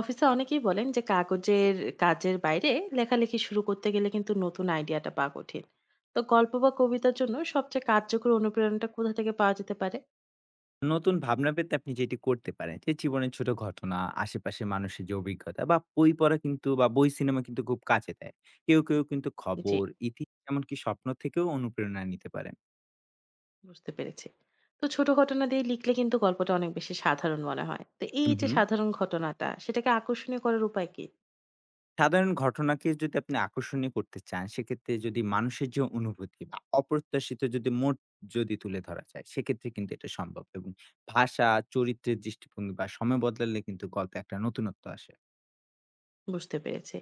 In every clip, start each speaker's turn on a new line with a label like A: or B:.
A: অফিসে অনেকেই বলেন যে কাগজের কাজের বাইরে লেখালেখি শুরু করতে গেলে কিন্তু নতুন আইডিয়াটা পাওয়া কঠিন। তো গল্প বা কবিতার জন্য সবচেয়ে কার্যকর অনুপ্রেরণাটা কোথা থেকে পাওয়া যেতে পারে?
B: নতুন ভাবনা পেতে আপনি যেটি করতে পারেন যে জীবনের ছোট ঘটনা, আশেপাশের মানুষের যে অভিজ্ঞতা বা বই পড়া কিন্তু বা বই সিনেমা কিন্তু খুব কাজে দেয়। কেউ কিন্তু
A: জি,
B: খবর, ইতিহাস এমনকি স্বপ্ন থেকেও অনুপ্রেরণা নিতে পারেন।
A: বুঝতে পেরেছি। তো ছোট ঘটনা দিয়ে লিখলে কিন্তু গল্পটা অনেক বেশি সাধারণ মনে হয়, তো এই
B: হুম,
A: যে
B: হুম।
A: সাধারণ ঘটনাটা, সেটাকে আকর্ষণীয় করার উপায় কি?
B: সাধারণ ঘটনাকে যদি আপনি আকর্ষণীয় করতে চান, সেক্ষেত্রে যদি মানুষের যে অনুভূতি বা অপ্রত্যাশিত যদি মোড় তুলে ধরা যায়, সেক্ষেত্রে কিন্তু এটা সম্ভব এবং ভাষা, চরিত্রের দৃষ্টিভঙ্গি বা সময় বদলালে কিন্তু গল্পে একটা নতুনত্ব আসে।
A: বুঝতে পেরেছি।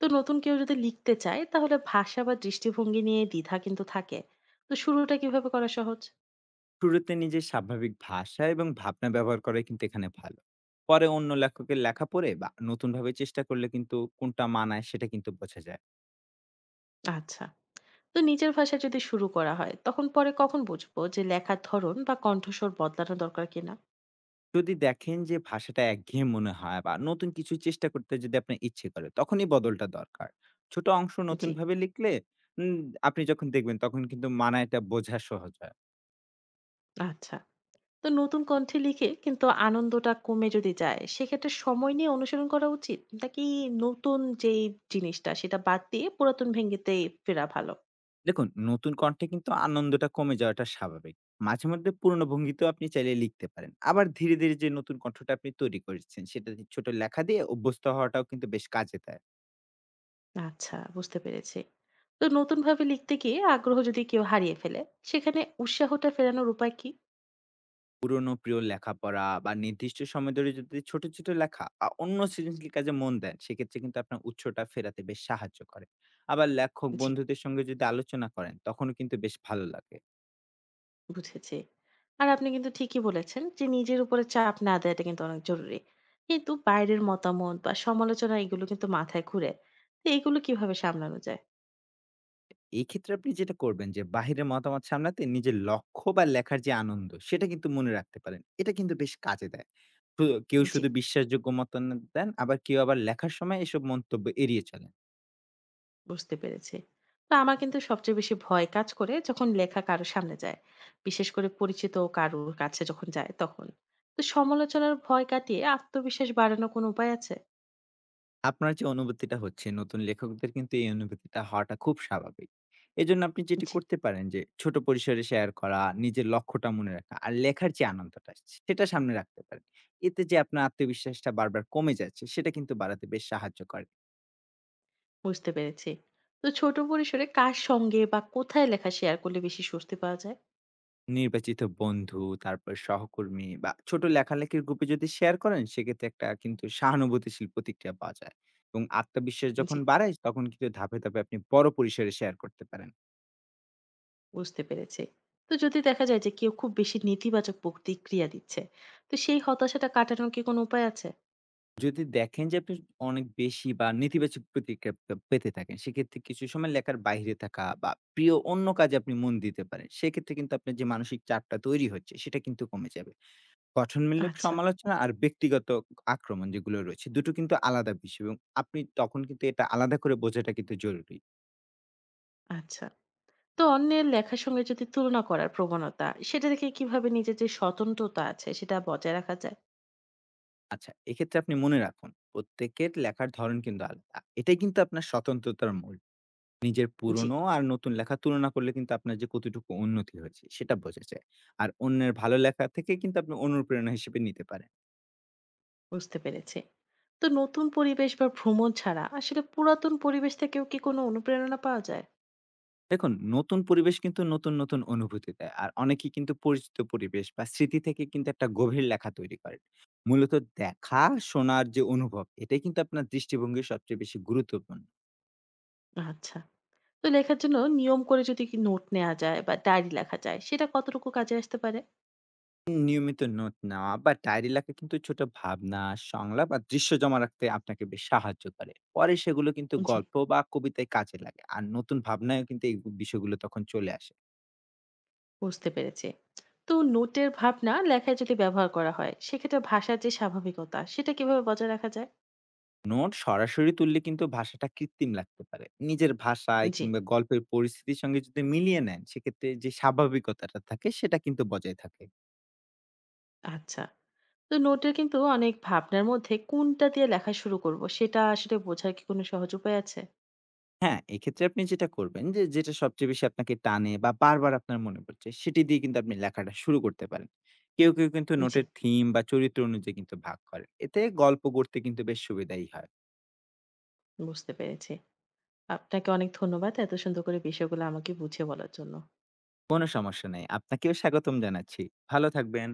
A: তো নতুন কেউ যদি লিখতে চায় তাহলে ভাষা বা দৃষ্টিভঙ্গি নিয়ে দ্বিধা কিন্তু থাকে, তো শুরুটা কিভাবে করা সহজ?
B: শুরুতে নিজের স্বাভাবিক ভাষা এবং ভাবনা ব্যবহার করাই কিন্তু এখানে ভালো। পরে অন্য লেখকের লেখা পড়ে বা নতুনভাবে চেষ্টা করলে কিন্তু কোনটা মানায় সেটা কিন্তু বোঝা যায়।
A: আচ্ছা, তো নিজের ভাষায় যদি শুরু করা হয় তখন পরে কখন বুঝবো যে লেখার ধরন বা কণ্ঠস্বর বদলানো দরকার কিনা?
B: যদি দেখেন যে ভাষাটা একঘেয়ে মনে হয় বা নতুন কিছু চেষ্টা করতে যদি আপনার ইচ্ছে করে তখনই বদলটা দরকার। ছোট অংশ
A: জি।
B: নতুনভাবে লিখলে উম, আপনি যখন দেখবেন তখন কিন্তু মানায়টা বোঝা সহজ হয়।
A: আচ্ছা, তো নতুন কণ্ঠে লিখে কিন্তু আনন্দটা কমে যদি যায় সেক্ষেত্রে সময় নিয়ে অনুসরণ করা উচিত, নাকি নতুন যেই জিনিসটা সেটা বাদ দিয়ে পুরাতন ভেঙ্গিতে ফেরা ভালো?
B: দেখুন, নতুন কণ্ঠে কিন্তু আনন্দটা কমে যাওয়াটা স্বাভাবিক। মাঝে মধ্যে পুরোনো ভঙ্গিতেও আপনি চাইলে লিখতে পারেন। আবার ধীরে যে নতুন কণ্ঠটা আপনি তৈরি করেছেন সেটা দিয়ে ছোট লেখা দিয়ে অভ্যস্ত হওয়াটাও কিন্তু বেশ কাজে দেয়।
A: আচ্ছা, বুঝতে পেরেছি। তো নতুন ভাবে লিখতে গিয়ে আগ্রহ যদি কেউ হারিয়ে ফেলে, সেখানে উৎসাহটা ফেরানোর উপায় কি?
B: পুরোনো প্রিয় লেখাপড়া বা নির্দিষ্ট সময় ধরে যদি ছোট লেখা অন্য সৃজনশীল কাজে মন দেন সেক্ষেত্রে কিন্তু আপনার উৎসটা ফেরাতে বেশ সাহায্য করে। আবার লেখক
A: জি,
B: বন্ধুদের সঙ্গে যদি আলোচনা করেন তখনও কিন্তু বেশ ভালো লাগে।
A: বুঝেছি। আর আপনি কিন্তু ঠিকই বলেছেন যে নিজের উপরে চাপ না দেওয়াটা কিন্তু অনেক জরুরি। কিন্তু বাইরের মতামত বা সমালোচনা এগুলো কিন্তু মাথায় ঘুরে। তো এগুলো কিভাবে সামলানো যায়?
B: এই ক্ষেত্রে আপনি যেটা করবেন যে বাহিরের মতামত সামলাতে নিজের লক্ষ্য বা লেখার যে আনন্দ সেটা কিন্তু মনে রাখতে পারেন, এটা কিন্তু বেশ কাজে দেয়। কেউ
A: জি,
B: শুধু বিশ্বাসযোগ্য মতামত দেন, আবার কেউ আবার লেখার সময় এসব মন্তব্য এড়িয়ে চলেন।
A: বুঝতে পেরেছি। তো আমার কিন্তু সবচেয়ে বেশি ভয় কাজ করে যখন লেখা কারো সামনে যায়। বিশেষ করে পরিচিত কারোর কাছে যখন যায় তখন। তো সমালোচনার ভয় কাটিয়ে আত্মবিশ্বাস বাড়ানোর কোনো উপায় আছে?
B: আপনার যে অনুভূতিটা হচ্ছে নতুন লেখকদের কিন্তু এই অনুভূতিটা হওয়াটা খুব স্বাভাবিক। এজন্য আপনি যেটি
A: জি,
B: করতে পারেন যে ছোট পরিসরে শেয়ার করা, নিজের লক্ষ্যটা মনে রাখা, আর লেখার যে আনন্দটা সেটা সামনে রাখতে পারেন। এতে যে আপনার আত্মবিশ্বাসটা বারবার কমে যাচ্ছে সেটা কিন্তু বাড়াতে বেশ সাহায্য করে।
A: বুঝতে পেরেছি। তো ছোট পরিসরে কার সঙ্গে বা কোথায় লেখা শেয়ার করলে বেশি স্বস্তি পাওয়া যায়?
B: নির্বাচিত বন্ধু, তারপর সহকর্মী বা ছোট লেখালেখির গ্রুপে যদি শেয়ার করেন, সেক্ষেত্রে একটা কিন্তু সহানুভূতিশীল প্রতিক্রিয়া পাওয়া যায়। এবং আত্মবিশ্বাস
A: জি,
B: যখন বাড়ায়, তখন কিন্তু ধাপে আপনি বড় পরিসরে শেয়ার করতে পারেন।
A: বুঝতে পেরেছি। তো যদি দেখা যায় যে কেউ খুব বেশি নেতিবাচক প্রতিক্রিয়া দিচ্ছে, তো সেই হতাশাটা কাটানোর কি কোনো উপায় আছে?
B: যদি দেখেন যে আপনি অনেক বেশি বা নেতিবাচক প্রতিক্রিয়া পেতে থাকেন, সেক্ষেত্রে কিছু সময় লেখার বাইরে থাকা বা প্রিয় অন্য কাজে আপনি মন দিতে পারেন। সেক্ষেত্রে কিন্তু আপনার যে মানসিক চাপটা তৈরি হচ্ছে, সেটা কিন্তু কমে যাবে। গঠনমূলক
A: আচ্ছা,
B: সমালোচনা আর ব্যক্তিগত আক্রমণ যেগুলো রয়েছে, দুটো কিন্তু আলাদা বিষয় এবং আপনি তখন কিন্তু এটা আলাদা করে বোঝাটা কিন্তু জরুরি।
A: আচ্ছা। তো অন্যের লেখার সঙ্গে যদি তুলনা করার প্রবণতা, সেটা থেকে কিভাবে নিজের যে স্বতন্ত্রতা আছে সেটা বজায় রাখা যায়?
B: আচ্ছা, এক্ষেত্রে আপনি মনে রাখুন, প্রত্যেকের লেখার ধরন কিন্তু আলাদা। এটাই কিন্তু আপনার স্বতন্ত্রতার মূল। নিজের
A: জি,
B: পুরনো আর নতুন লেখা তুলনা করলে কিন্তু আপনার যে কতটুকু উন্নতি হয়েছে, সেটা বোঝা যায়। আর অন্যের ভালো লেখা থেকে কিন্তু আপনি অনুপ্রেরণা হিসেবে নিতে পারেন।
A: বুঝতে পেরেছি। তো নতুন পরিবেশ বা ভ্রমণ ছাড়া আসলে পুরাতন পরিবেশ থেকেও কি কোনো অনুপ্রেরণা পাওয়া যায়?
B: দেখুন, নতুন পরিবেশ কিন্তু নতুন অনুভূতি দেয়। আর অনেকেই কিন্তু পরিচিত পরিবেশ বা স্মৃতি থেকে কিন্তু একটা গভীর লেখা তৈরি করেন। মূলত দেখা, শোনার যে অনুভব, এটাই কিন্তু আপনার দৃষ্টিভঙ্গির সবচেয়ে বেশি গুরুত্বপূর্ণ।
A: আচ্ছা, তো লেখার জন্য নিয়ম করে যদি কি নোট নেওয়া যায় বা ডায়েরি লেখা যায়, সেটা কতটুকু কাজে আসতে পারে?
B: নিয়মিত নোট নেওয়া বা ডায়েরি লেখা কিন্তু ছোট ভাবনা, সংলাপ আর দৃশ্য জমা রাখতে আপনাকে বেশ সাহায্য করে। পরে সেগুলো কিন্তু
A: জি,
B: গল্প বা কবিতায় কাজে লাগে। আর নতুন ভাবনায়ও কিন্তু এই বিষয়গুলো তখন চলে আসে।
A: বুঝতে পেরেছি। তো নোটের ভাবনা লেখায় যদি ব্যবহার করা হয়, সেক্ষেত্রে ভাষার যে স্বাভাবিকতা, সেটা কিভাবে বজায় রাখা যায়?
B: নোট সরাসরি তুললে কিন্তু ভাষাটা কৃত্রিম লাগতে পারে। নিজের ভাষায়
A: জি,
B: কিংবা গল্পের পরিস্থিতির সঙ্গে যদি মিলিয়ে নেন সেক্ষেত্রে যে স্বাভাবিকতাটা থাকে সেটা কিন্তু বজায় থাকে।
A: আচ্ছা। তো নোটের কিন্তু অনেক ভাবনার মধ্যে কোনটা দিয়ে লেখা শুরু করব, সেটা আসলে বোঝার কি কোনো সহজ উপায় আছে?
B: হ্যাঁ, এক্ষেত্রে আপনি যেটা করবেন যে যেটা সবচেয়ে বেশি আপনাকে টানে বা বারবার আপনার মনে পড়ছে সেটি দিয়ে কিন্তু আপনি লেখাটা শুরু করতে পারেন। কেউ কেউ কিন্তু
A: জি,
B: নোটের থিম বা চরিত্র অনুযায়ী কিন্তু ভাগ করে, এতে গল্প গড়তে কিন্তু বেশ সুবিধাই হয়।
A: বুঝতে পেরেছি। আপনাকে অনেক ধন্যবাদ এত সুন্দর করে বিষয়গুলো আমাকে বুঝিয়ে বলার জন্য।
B: কোনো সমস্যা নেই, আপনাকেও স্বাগতম জানাচ্ছি। ভালো থাকবেন।